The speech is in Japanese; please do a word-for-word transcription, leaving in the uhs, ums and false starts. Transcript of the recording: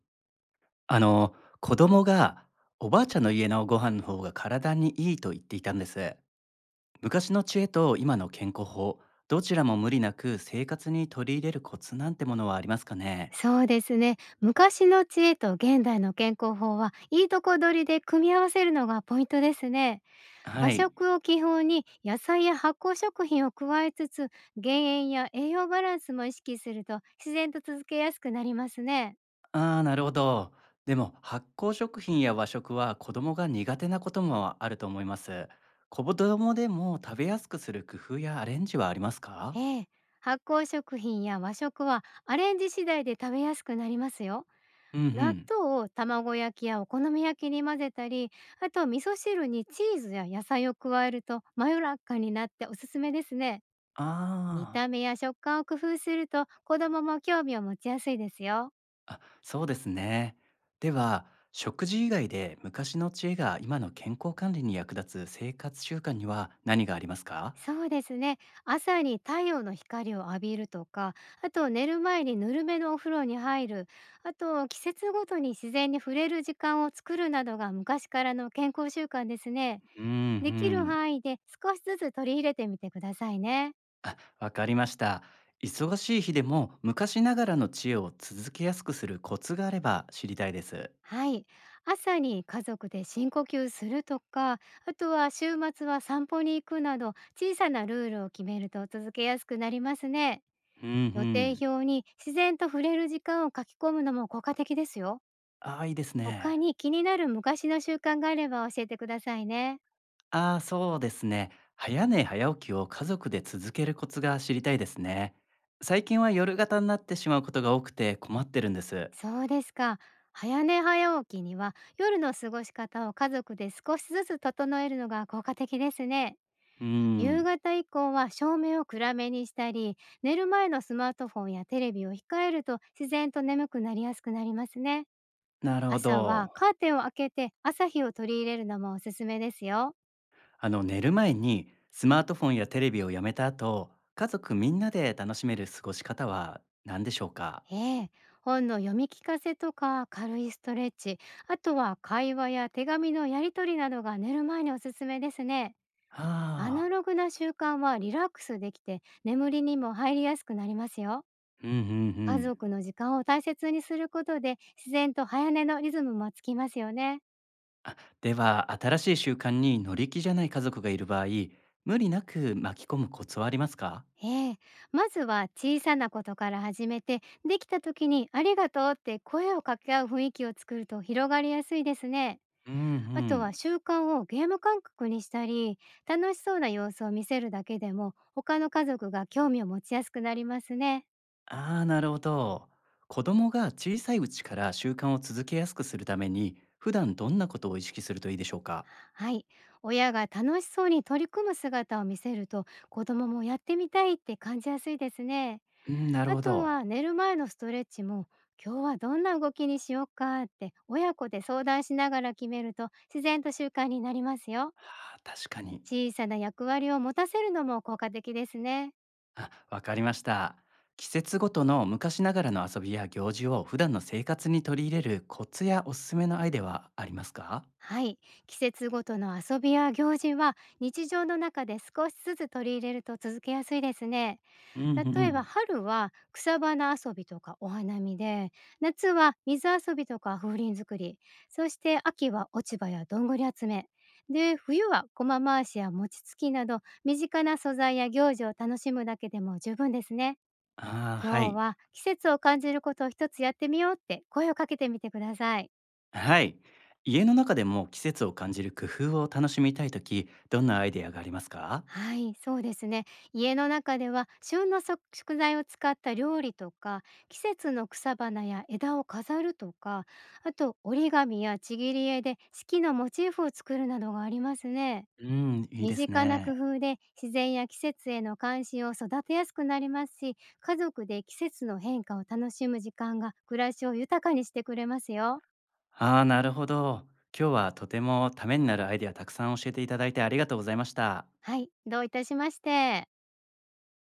あの、子供がおばあちゃんの家のご飯の方が体にいいと言っていたんです。昔の知恵と今の健康法、どちらも無理なく生活に取り入れるコツなんてものはありますかね？そうですね。昔の知恵と現代の健康法はいいとこ取りで組み合わせるのがポイントですね。和はい。食を基本に野菜や発酵食品を加えつつ、減塩や栄養バランスも意識すると自然と続けやすくなりますね。ああ、なるほど。でも発酵食品や和食は子供が苦手なこともあると思います。子供でも食べやすくする工夫やアレンジはありますか？ええ、発酵食品や和食はアレンジ次第で食べやすくなりますよ。うんう納ん。豆を卵焼きやお好み焼きに混ぜたり、あと味噌汁にチーズや野菜を加えるとまろやかになっておすすめですね。見あたあ。目や食感を工夫すると子供も興味を持ちやすいですよ。あ、そうですね。では、食事以外で昔の知恵が今の健康管理に役立つ生活習慣には何がありますか？そうですね。朝に太陽の光を浴びるとか、あと寝る前にぬるめのお風呂に入る、あと季節ごとに自然に触れる時間を作るなどが昔からの健康習慣ですね。うんうできるん。範囲で少しずつ取り入れてみてくださいね。あ、わかりました。忙しい日でも昔ながらの知恵を続けやすくするコツがあれば知りたいです。はい。朝に家族で深呼吸するとか、あとは週末は散歩に行くなど、小さなルールを決めると続けやすくなりますね。うんう予定ん。表に自然と触れる時間を書き込むのも効果的ですよ。ああ、いいです他ね。に気になる昔の習慣があれば教えてくださいね。ああ、そうですね。早寝早起きを家族で続けるコツが知りたいですね。最近は夜型になってしまうことが多くて困ってるんです。そうですか。早寝早起きには夜の過ごし方を家族で少しずつ整えるのが効果的ですね。う夕ん。方以降は照明を暗めにしたり、寝る前のスマートフォンやテレビを控えると自然と眠くなりやすくなりますね。なるほ朝ど。はカーテンを開けて朝日を取り入れるのもおすすめですよ。あの寝る前にスマートフォンやテレビをやめた後、家族みんなで楽しめる過ごし方は何でしょうか？ええ、本の読み聞かせとか軽いストレッチ、あとは会話や手紙のやり取りなどが寝る前におすすめですね。アナああログな習慣はリラックスできて眠りにも入りやすくなりますよ。ー、うんうんう家ん。族の時間を大切にすることで自然と早寝のリズムもつきますよね。あ、では、新しい習慣に乗り気じゃない家族がいる場合、無理なく巻き込むコツはありますか？ええ、まずは小さなことから始めて、できた時に「ありがとう」って声を掛け合う雰囲気を作ると広がりやすいですね。うんうあとはん。習慣をゲーム感覚にしたり、楽しそうな様子を見せるだけでも他の家族が興味を持ちやすくなりますね。ああ、なるほど。子供が小さいうちから習慣を続けやすくするために、普段どんなことを意識するといいでしょうか？はい、親が楽しそうに取り組む姿を見せると子供もやってみたいって感じやすいですね。うん、なるあほとど。は寝る前のストレッチも、今日はどんな動きにしようかって親子で相談しながら決めると自然と習慣になりますよ。ああ、確かに。小さな役割を持たせるのも効果的ですね。あ、わかりました。季節ごとの昔ながらの遊びや行事を普段の生活に取り入れるコツやおすすめのアイデアはありますか？はい。季節ごとの遊びや行事は日常の中で少しずつ取り入れると続けやすいですね。うんうんう例えばん。春は草花遊びとかお花見で、夏は水遊びとか風鈴作り、そして秋は落ち葉やどんぐり集めで、冬は駒回しや餅つきなど身近な素材や行事を楽しむだけでも十分ですね。ああ、は今日い。は季節を感じることを一つやってみようって声をかけてみてください。はい。家の中でも季節を感じる工夫を楽しみたいとき、どんなアイデアがありますか？はい、そうですね。家の中では旬の食食材を使った料理とか、季節の草花や枝を飾るとか、あと折り紙やちぎり絵で四季のモチーフを作るなどがありますね。うん、いい身です近な工ね。夫で自然や季節への関心を育てやすくなりますし、家族で季節の変化を楽しむ時間が暮らしを豊かにしてくれますよ。ああ、なるほど。今日はとてもためになるアイデアたくさん教えていただいてありがとうございました。はい、どういたしまして。